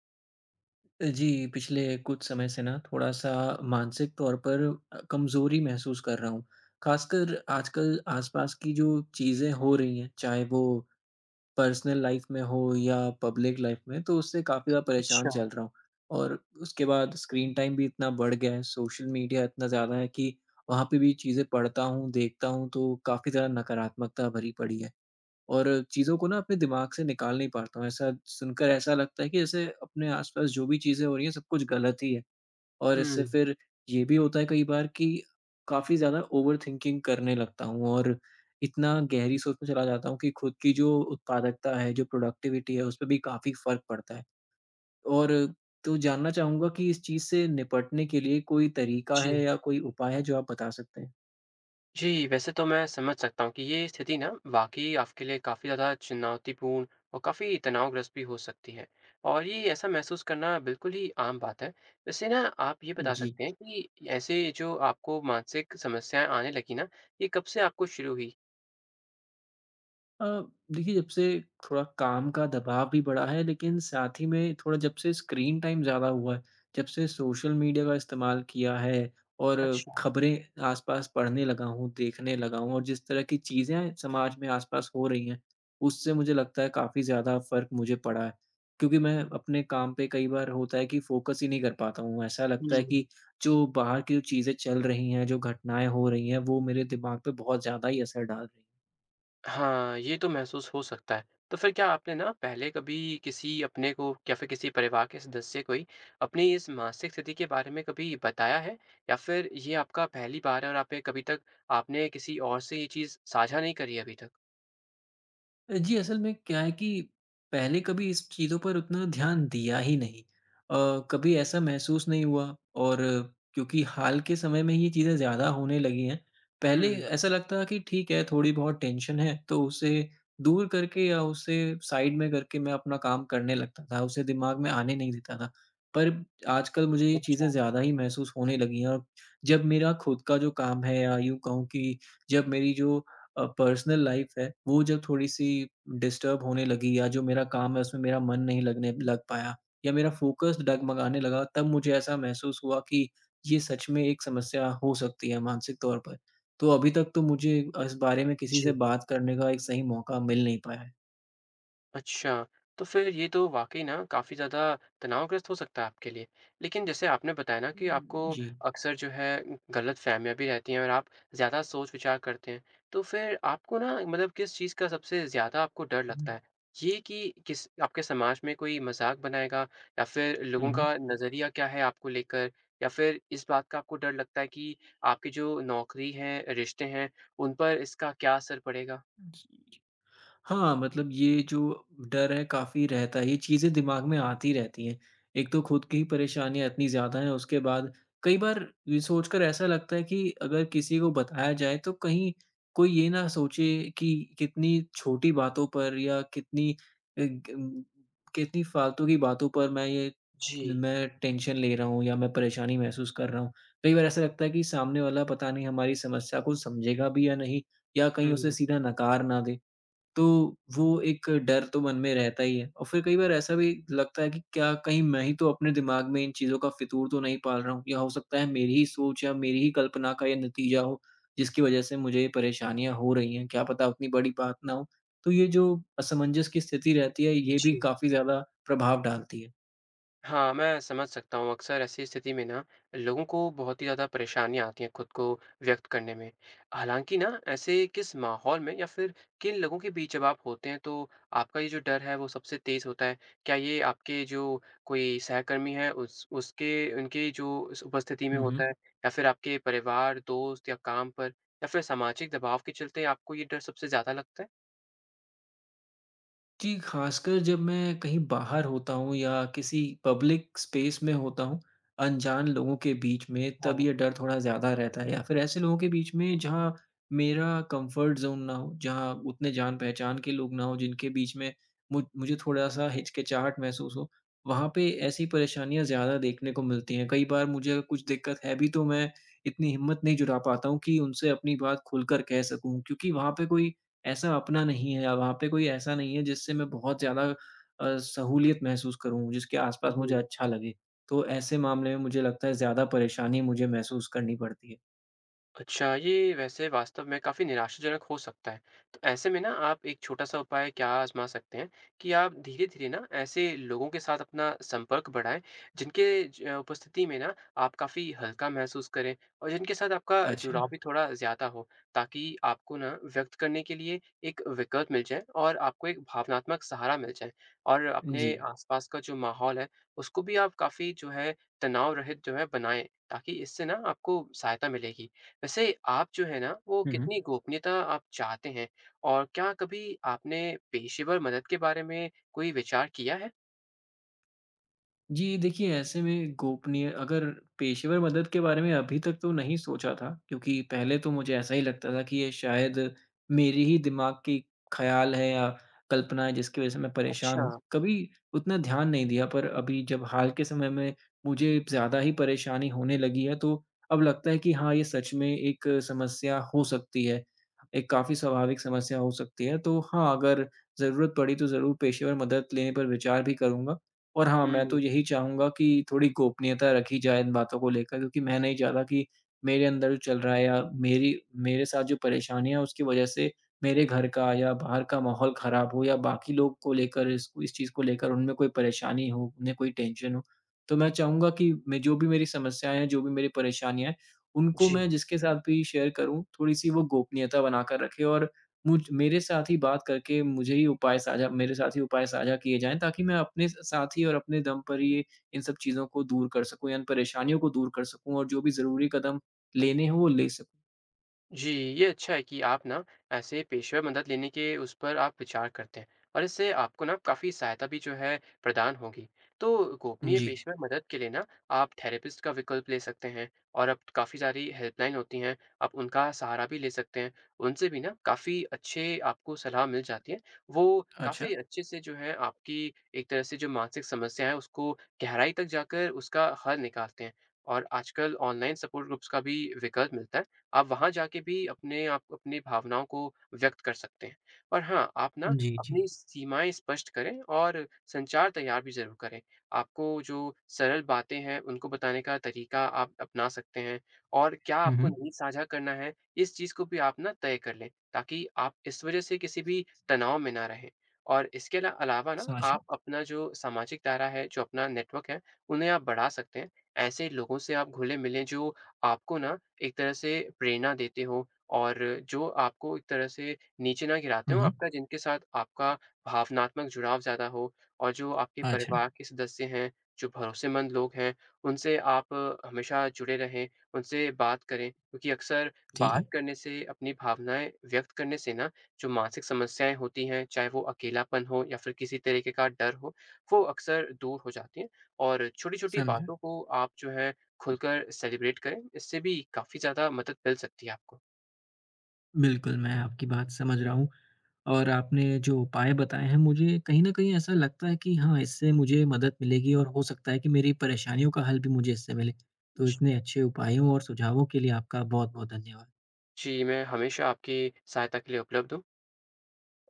जी, पिछले कुछ समय से ना थोड़ा-सा मानसिक तौर पर कमज़ोरी महसूस कर रहा हूँ। ख़ासकर आजकल आस-पास की जो चीज़ें हो रही हैं, चाहे वो पर्सनल लाइफ़ में हो या पब्लिक लाइफ़ में, तो उससे काफ़ी ज़्यादा परेशान अच्छा, चल रहा हूँ। और उसके बाद स्क्रीन टाइम भी इतना बढ़ गया है, सोशल मीडिया इतना ज़्यादा है कि वहाँ पे भी चीज़ें पढ़ता हूँ, देखता हूँ, तो काफ़ी ज़्यादा नकारात्मकता भरी पड़ी है। और चीज़ों को ना अपने दिमाग से निकाल नहीं पाता हूँ। ऐसा सुनकर ऐसा लगता है कि जैसे अपने आस-पास जो भी चीज़ें हो रही हैं, सब कुछ गलत ही है। और इससे हुँ, फिर ये भी होता है कई बार कि काफ़ी ज़्यादा ओवरथिंकिंग करने लगता हूँ और इतना गहरी सोच में चला जाता हूँ कि खुद की जो उत्पादकता है, जो प्रोडक्टिविटी है, उसपे भी काफ़ी फ़र्क पड़ता है। और तो जानना चाहूँगा कि इस चीज़ से निपटने के लिए कोई तरीका जी। है या कोई उपाय है जो आप बता सकते हैं? जी, वैसे तो मैं समझ सकता हूँ कि ये स्थिति ना वाक़ई आपके लिए काफ़ी ज़्यादा चुनौतीपूर्ण और काफ़ी तनावग्रस्त भी हो सकती है और ये ऐसा महसूस करना बिल्कुल ही आम बात है। वैसे ना आप ये बता जी। सकते हैं कि ऐसे जो आपको मानसिक समस्याएँ आने लगी ना, ये कब से आपको शुरू हुई? अ, देखिए, जब से थोड़ा काम का दबाव भी बढ़ा है, लेकिन साथ ही में थोड़ा जब से स्क्रीन टाइम ज़्यादा हुआ है, जब से सोशल मीडिया का इस्तेमाल किया है और अच्छा, खबरें आसपास पढ़ने लगा हूँ, देखने लगा हूँ, और जिस तरह की चीज़ें समाज में आसपास हो रही हैं, उससे मुझे लगता है काफ़ी ज़्यादा फ़र्क मुझे पड़ा है। क्योंकि मैं अपने काम पे कई बार होता है कि फ़ोकस ही नहीं कर पाता हूँ, ऐसा लगता हुँ। है कि जो बाहर की जो चीज़ें चल रही हैं, जो घटनाएँ हो रही हैं, वो मेरे दिमाग पे बहुत ज़्यादा ही असर डाल रही हैं। हाँ, ये तो महसूस हो सकता है। तो फिर क्या आपने ना पहले कभी किसी अपने को या फिर किसी परिवार के सदस्य को ही अपनी इस मानसिक स्थिति के बारे में कभी बताया है? या फिर ये आपका पहली बार है और आपने कभी तक आपने किसी और से ये चीज़ साझा नहीं करी है अभी तक? जी, असल में क्या है कि पहले कभी इस चीज़ों पर उतना ध्यान दिया ही नहीं। कभी ऐसा महसूस नहीं हुआ, और क्योंकि हाल के समय में ये चीज़ें ज़्यादा होने लगी हैं। पहले हुँ। ऐसा लगता था कि ठीक है, थोड़ी बहुत टेंशन है, तो उसे दूर करके या उसे साइड में करके मैं अपना काम करने लगता था, उसे दिमाग में आने नहीं देता था। पर आजकल मुझे ये चीज़ें अच्छा, ज़्यादा ही महसूस होने लगी हैं, और जब मेरा खुद का जो काम है, या यूँ कहूँ कि जब मेरी जो पर्सनल लाइफ है, वो जब थोड़ी-सी डिस्टर्ब होने लगी, या जो मेरा काम है उसमें मेरा मन नहीं लगने लग पाया या मेरा फ़ोकस डगमगाने लगा, तब मुझे ऐसा महसूस हुआ कि ये सच में एक समस्या हो सकती है मानसिक तौर पर। तो अभी तक तो मुझे इस बारे में किसी से जी। बात करने का एक सही मौका मिल नहीं पाया है। अच्छा, तो फिर ये तो वाक़ई ना काफ़ी ज़्यादा तनावग्रस्त हो सकता है आपके लिए। लेकिन जैसे आपने बताया ना कि आपको हुँ। जी। अक्सर जो है गलतफ़हमियाँ भी रहती हैं और आप ज़्यादा सोच-विचार करते हैं। तो फिर आपको ना मतलब किस चीज़ का सबसे ज़्यादा आपको डर हुँ। लगता है? ये कि किस आपके समाज में कोई मज़ाक बनाएगा या फिर हुँ, लोगों हुँ। का नज़रिया क्या है आपको लेकर? या फिर इस बात का आपको डर लगता है कि आपकी जो नौकरी है, रिश्ते हैं, उन पर इसका क्या असर पड़ेगा? जी। हाँ, मतलब ये जो डर है, काफ़ी रहता है, ये चीज़ें दिमाग में आती रहती हैं। एक तो खुद की ही परेशानियाँ इतनी ज़्यादा हैं, उसके बाद कई बार ये सोचकर ऐसा लगता है कि अगर किसी को बताया जाए तो कहीं कोई ये ना सोचे कि कितनी छोटी बातों पर या कितनी अ, ग कितनी फालतू की बातों पर मैं ये जी। मैं टेंशन ले रहा हूँ या मैं परेशानी महसूस कर रहा हूँ। कई बार ऐसा लगता है कि सामने वाला पता नहीं हमारी समस्या को समझेगा भी या नहीं, या कहीं उसे हुँ। सीधा नकार ना दे। तो वो एक डर तो मन में रहता ही है, और फिर कई बार ऐसा भी लगता है कि क्या कहीं मैं ही तो अपने दिमाग में इन चीज़ों का फितूर तो नहीं पाल रहा हूँ, या हो सकता है मेरी ही सोच या मेरी ही कल्पना का ये नतीजा हो जिसकी वजह से मुझे ये परेशानियाँ हो रही हैं, क्या पता उतनी बड़ी बात ना हो। तो ये जो असमंजस की स्थिति रहती है, ये भी जी। काफ़ी ज़्यादा प्रभाव डालती है। हाँ, मैं समझ सकता हूँ। अक्सर ऐसी स्थिति में ना लोगों को बहुत ही ज़्यादा परेशानियाँ आती हैं खुद को व्यक्त करने में। हालाँकि ना ऐसे किस माहौल में या फिर किन लोगों के बीच जब आप होते हैं तो आपका ये जो डर है वो सबसे तेज़ होता है? क्या ये आपके जो कोई सहकर्मी हैं उस उसके उनकी जो उस उपस्थिति में हुँ, हुँ। होता है या फिर आपके परिवार, दोस्त या काम पर या फिर सामाजिक दबाव के चलते आपको ये डर सबसे ज़्यादा लगता है? जी, खासकर जब मैं कहीं बाहर होता हूँ या किसी पब्लिक स्पेस में होता हूँ, अनजान लोगों के बीच में, तब हाँ, ये डर थोड़ा ज़्यादा रहता है, या फिर ऐसे लोगों के बीच में जहाँ मेरा कंफर्ट ज़ोन ना हो, जहाँ उतने जान-पहचान के लोग ना हो, जिनके बीच में मुझे थोड़ा-सा हिचकिचाहट महसूस हो। वहाँ पे ऐसी परेशानियाँ ज़्यादा देखने को मिलती हैं। कई बार मुझे अगर कुछ दिक्कत है भी, तो मैं इतनी हिम्मत नहीं जुटा पाता हूँ कि उनसे अपनी बात खुलकर कह सकूँ, क्योंकि वहाँ पे कोई ऐसा अपना नहीं है, वहाँ पे कोई ऐसा नहीं है जिससे मैं बहुत ज़्यादा सहूलियत महसूस करूँ, जिसके आस-पास जी। मुझे अच्छा लगे। तो ऐसे मामले में मुझे लगता है ज़्यादा परेशानी मुझे महसूस करनी पड़ती है। अच्छा, ये वैसे वास्तव में काफ़ी निराशाजनक हो सकता है। तो ऐसे में ना आप एक छोटा-सा उपाय क्या आज़मा सकते हैं कि आप धीरे-धीरे ना ऐसे लोगों के साथ अपना संपर्क बढ़ाएँ जिनके ज उपस्थिति में ना आप काफ़ी हल्का महसूस करें और जिनके साथ आपका अच्छा। जुड़ाव भी थोड़ा ज़्यादा हो ताकि आपको ना व्यक्त करने के लिए एक विकल्प मिल जाए और आपको एक भावनात्मक सहारा मिल जाए। और जी। अपने आस-पास का जो माहौल है उसको भी आप काफ़ी जो है तनाव रहित जो है बनाएँ ताकि इससे ना आपको सहायता मिलेगी। वैसे आप जो है ना, वो हुँ, हुँ। कितनी गोपनीयता आप चाहते हैं? और क्या कभी आपने पेशेवर मदद के बारे में कोई विचार किया है? जी, देखिए, ऐसे में गोपनीय, अगर पेशेवर मदद के बारे में अभी तक तो नहीं सोचा था, क्योंकि पहले तो मुझे ऐसा ही लगता था कि ये शायद मेरी ही दिमाग की ख़्याल है या कल्पना है जिसकी वज़ह से मैं परेशान अच्छा। हूँ। कभी उतना ध्यान नहीं दिया, पर अभी जब हाल के समय में मुझे ज़्यादा ही परेशानी होने लगी है, तो अब लगता है कि हाँ, ये सच में एक समस्या हो सकती है। एक काफ़ी स्वाभाविक समस्या हो सकती है। तो हाँ, अगर ज़रूरत पड़ी तो ज़रूर पेशेवर मदद लेने पर विचार भी करूँगा। और हाँ, मैं तो हुँ। यही चाहूँगा कि थोड़ी गोपनीयता रखी जाए इन बातों को लेकर, क्योंकि मैं नहीं चाहता कि मेरे अंदर जो चल रहा है या मेरी मेरे साथ जो परेशानियाँ हैं उसकी वजह से मेरे घर का या बाहर का माहौल ख़राब हो, या बाकी लोग को लेकर इसको इस चीज़ को लेकर उनमें कोई परेशानी हो, उन्हें कोई टेंशन हो। तो मैं चाहूँगा कि मैं जो भी मेरी समस्याएँ हैं, जो भी मेरी परेशानियाँ हैं, उनको जी। मैं जिसके साथ भी शेयर करूँ, थोड़ी-सी वो गोपनीयता बनाकर रखे, और मुझ मेरे साथ ही बात करके मुझे ही उपाय साझा मेरे साथ ही उपाय साझा किए जाएँ, ताकि मैं अपने स साथ ही और अपने दम पर ये इन सब चीज़ों को दूर कर सकूँ या इन परेशानियों को दूर कर सकूँ, और जो भी ज़रूरी कदम लेने हों वो ले सकूँ। जी, ये अच्छा है कि आप ना ऐसे पेशेवर मदद लेने के उस पर आप विचार करते हैं और इससे आपको ना काफ़ी सहायता भी जो है प्रदान होगी। तो गोपनीय जी। पेशेवर मदद के लिए ना आप थेरेपिस्ट का विकल्प ले सकते हैं और अब काफ़ी सारी हेल्पलाइन होती हैं, आप उनका सहारा भी ले सकते हैं। उनसे भी ना काफ़ी अच्छे आपको सलाह मिल जाती है। वो अच्छा। काफ़ी अच्छे से जो है आपकी एक तरह से जो मानसिक समस्या है उसको गहराई तक जाकर उसका हल निकालते हैं और आजकल ऑनलाइन सपोर्ट ग्रुप्स का भी विकल्प मिलता है। आप वहाँ जाके भी अपने आप अपनी भावनाओं को व्यक्त कर सकते हैं। और हाँ, आप ना जी, जी। अपनी सीमाएँ स्पष्ट करें और संचार तैयार भी ज़रूर करें। आपको जो सरल बातें हैं, उनको बताने का तरीका आप अपना सकते हैं और क्या हुँ, आपको हुँ। नहीं साझा करना है, इस चीज़ को भी आप ना तय कर लें, ताकि आप इस वज़ह से किसी भी तनाव में ना रहें। और इसके अलावा ना समझा। आप अपना जो सामाजिक दायरा है, जो अपना नेटवर्क है, उन्हें आप बढ़ा सकते हैं। ऐसे लोगों से आप घुले-मिलें जो आपको ना एक तरह से प्रेरणा देते हो और जो आपको एक तरह से नीचे ना गिराते हुँ, हों, हुँ। आपका जिनके साथ आपका भावनात्मक जुड़ाव ज़्यादा हो और जो आपके अच्छा, परिवार के सदस्य हैं, जो भरोसेमंद लोग हैं, उनसे आप हमेशा जुड़े रहें, उनसे बात करें क्योंकि अक्सर ठीक बात है, करने से, अपनी भावनाएँ व्यक्त करने से ना, जो मानसिक समस्याएँ होती हैं, चाहे वो अकेलापन हो या फिर किसी तरीके का डर हो, वो अक्सर दूर हो जाती हैं और छोटी-छोटी समझा। बातों को आप जो है खुलकर सेलिब्रेट करें, इससे भी काफ़ी ज़्यादा मदद मिल सकती है आपको। बिल्कुल, मैं आपकी बात समझ रहा हूँ, और आपने जो उपाय बताए हैं, मुझे कहीं न कहीं ऐसा लगता है कि हाँ, इससे मुझे मदद मिलेगी और हो सकता है कि मेरी परेशानियों का हल भी मुझे इससे मिले। तो जी, इतने अच्छे उपायों और सुझावों के लिए आपका बहुत-बहुत धन्यवाद। जी, मैं हमेशा आपकी सहायता के लिए उपलब्ध हूँ।